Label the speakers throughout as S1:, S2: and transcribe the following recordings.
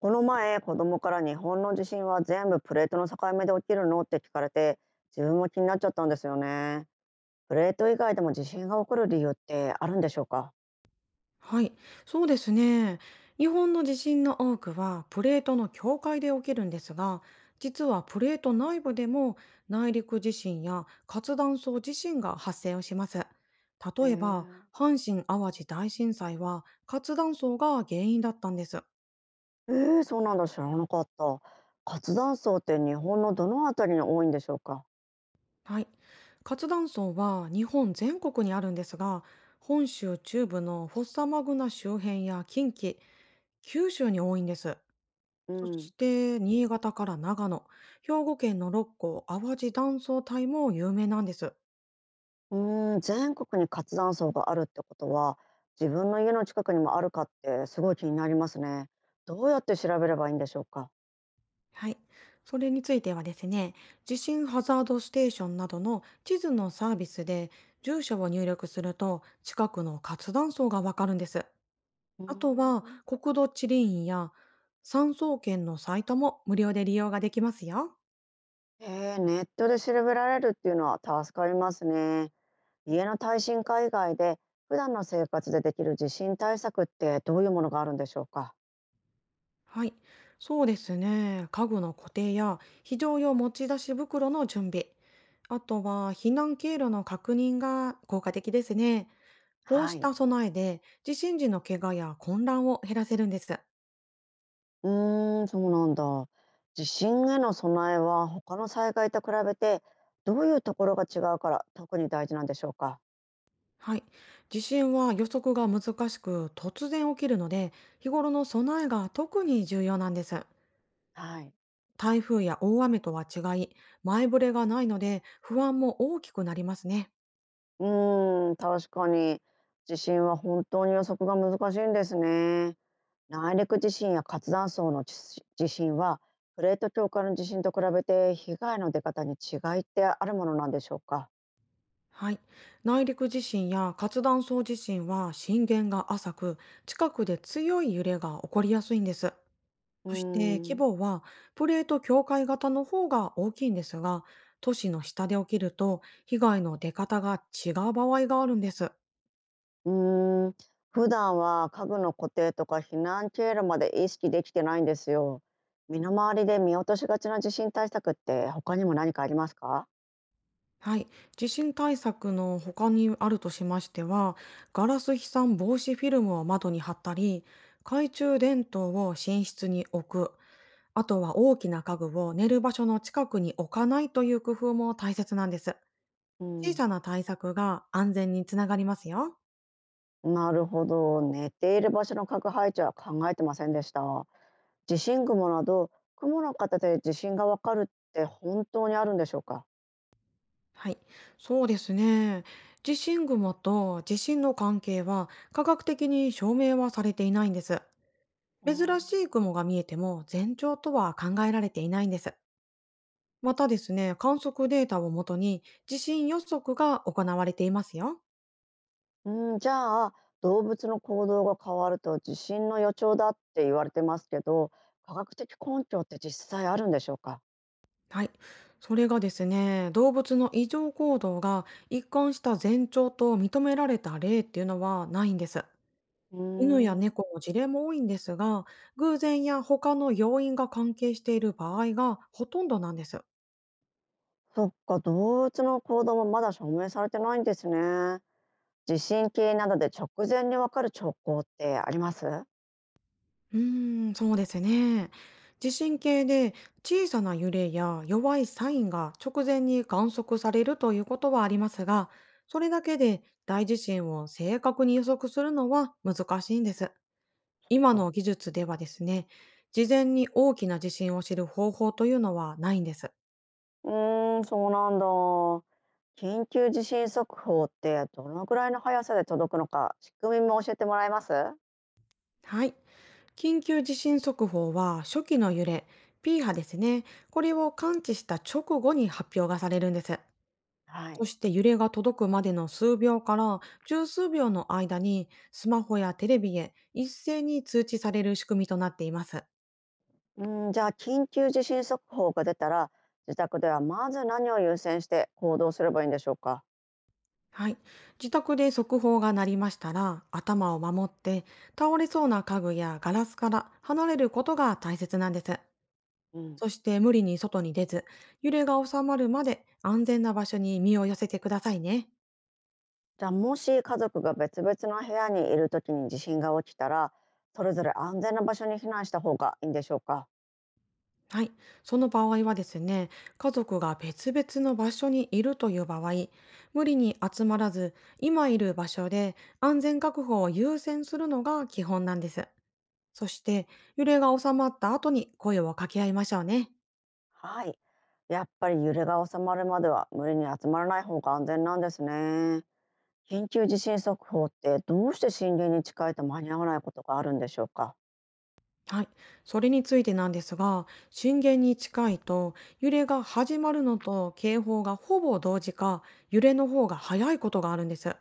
S1: この前、子供から日本の地震は全部プレートの境目で起きるのって聞かれて、自分も気になっちゃったんですよね。プレート以外でも地震が起こる理由ってあるんでしょうか？
S2: はい、そうですね。日本の地震の多くはプレートの境界で起きるんですが、実はプレート内部でも内陸地震や活断層地震が発生をします。
S1: へ
S2: 例えば、
S1: え
S2: 阪神・淡路大震災は活断層が原因だったんです。
S1: えー、そうなんだ、知らなかった。活断層って日本のどのあたりに多いんでしょうか？
S2: はい。活断層は日本全国にあるんですが、本州中部のフォッサマグナ周辺や近畿、九州に多いんです。
S1: う
S2: そ
S1: ん。
S2: して、新潟から長野、兵庫県の六甲淡路断層帯も有名なんです。
S1: う全国に活断層があるってことは、自分の家の近くにもあるかってすごい気になりますね。どうやって調べればいいんでしょうか？
S2: はい。それについてはですね、地震ハザードステーションなどの地図のサービスで住所を入力すると近くの活断層がわかるんです。
S1: うー
S2: あとは
S1: ん。
S2: 国土地理院や産総研のサイトも無料で利用ができますよ。
S1: ええ、ネットで調べられるっていうのは助かりますね。家の耐震化以外で普段の生活でできる地震対策ってどういうものがあるんでしょうか。
S2: はい、そうですね。家具の固定や非常用持ち出し袋の準備、あとは避難経路の確認が効果的ですね。こう
S1: は
S2: し
S1: い。
S2: た備えで地震時の怪我や混乱を減らせるんです。
S1: うーん、そうなんだ。地震への備えは他の災害と比べてどういうところが違うから特に大事なんでしょうか。
S2: はい、地震は予測が難しく突然起きるので、日頃の備えが特に重要なんです。
S1: はい。
S2: 台風や大雨とは違い、前触れがないので不安も大きくなりますね。
S1: うーん、確かに地震は本当に予測が難しいんですね。内陸地震や活断層の地震はプレート境界の地震と比べて被害の出方に違いってあるものなんでしょうか？
S2: はい。内陸地震や活断層地震は震源が浅く、近くで強い揺れが起こりやすいんです。
S1: うー
S2: そして規
S1: ん。
S2: 模はプレート境界型の方が大きいんですが、都市の下で起きると被害の出方が違う場合があるんです。
S1: うーん。普段は家具の固定とか避難経路まで意識できてないんですよ。身の回りで見落としがちな地震対策って他にも何かありますか？
S2: はい。地震対策の他にあるとしましては、ガラス飛散防止フィルムを窓に貼ったり、懐中電灯を寝室に置く、あとは大きな家具を寝る場所の近くに置かないという工夫も大切なんです。
S1: う
S2: 小
S1: ん。
S2: さな対策が安全につながりますよ。
S1: なるほど、寝ている場所の家具配置は考えてませんでした。地震雲など雲の形で地震がわかるって本当にあるんでしょうか？
S2: はい。そうですね。地震雲と地震の関係は科学的に証明はされていないんです。
S1: う
S2: 珍し
S1: ん。
S2: い雲が見えても前兆とは考えられていないんです。またですね、観測データをもとに地震予測が行われていますよ。
S1: うん。じゃあ、動物の行動が変わると地震の予兆だって言われてますけど、科学的根拠って実際あるんでしょうか？
S2: はい。それがですね、動物の異常行動が一貫した前兆と認められた例っていうのはないんです。
S1: う
S2: 犬や
S1: ーん。
S2: 猫の事例も多いんですが、偶然や他の要因が関係している場合がほとんどなんです。
S1: そっか、動物の行動もまだ証明されてないんですね。地震計などで直前にわかる兆候ってありますか？
S2: そうですね。地震計で小さな揺れや弱いサインが直前に観測されるということはありますが、それだけで大地震を正確に予測するのは難しいんです。今の技術ではですね、事前に大きな地震を知る方法というのはないんです。
S1: うーん。そうなんだ。緊急地震速報ってどのぐらいの速さで届くのか、仕組みも教えてもらえます？
S2: はい。緊急地震速報は初期の揺れ、P 波ですね。これを感知した直後に発表がされるんです。
S1: は
S2: そ
S1: い。
S2: して揺れが届くまでの数秒から十数秒の間にスマホやテレビへ一斉に通知される仕組みとなっています。
S1: うん、じゃあ緊急地震速報が出たら、自宅ではまず何を優先して行動すればいいんでしょうか？
S2: はい。自宅で速報が鳴りましたら、頭を守って、倒れそうな家具やガラスから離れることが大切なんです。
S1: うん、
S2: そして無理に外に出ず、揺れが収まるまで安全な場所に身を寄せてくださいね。
S1: じゃあもし家族が別々の部屋にいる時に地震が起きたら、それぞれ安全な場所に避難した方がいいんでしょうか？
S2: はい。その場合はですね、家族が別々の場所にいるという場合、無理に集まらず、今いる場所で安全確保を優先するのが基本なんです。そして、揺れが収まった後に声を掛け合いましょうね。
S1: はい。やっぱり揺れが収まるまでは無理に集まらない方が安全なんですね。緊急地震速報ってどうして震源に近いと間に合わないことがあるんでしょうか？
S2: はい。それについてなんですが、震源に近いと、揺れが始まるのと警報がほぼ同時か、揺れの方が早いことがあるんです。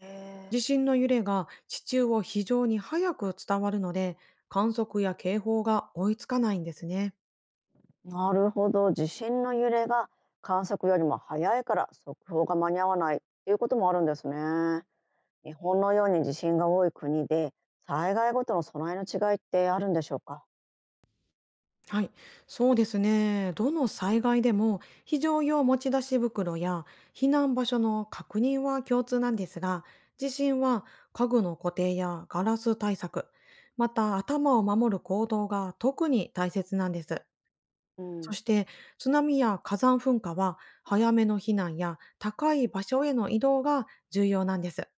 S1: え
S2: 地震の揺れが地中を非常に早く伝わるので、観測や警報が追いつかないんですね。
S1: ー、なるほど、地震の揺れが観測よりも早いから速報が間に合わないっていうこともあるんですね。日本のように地震が多い国で、災害ごとの備えの違いってあるんでしょうか？
S2: はい、そうですね。どの災害でも非常用持ち出し袋や避難場所の確認は共通なんですが、地震は家具の固定やガラス対策、また頭を守る行動が特に大切なんです。
S1: う
S2: そ
S1: ん。
S2: して津波や火山噴火は早めの避難や高い場所への移動が重要なんです。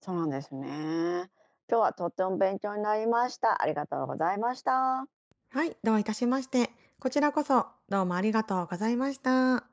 S1: そうなんですね。今日はとっても勉強になりました。ありがとうございました。
S2: はい、どういたしまして。こちらこそどうもありがとうございました。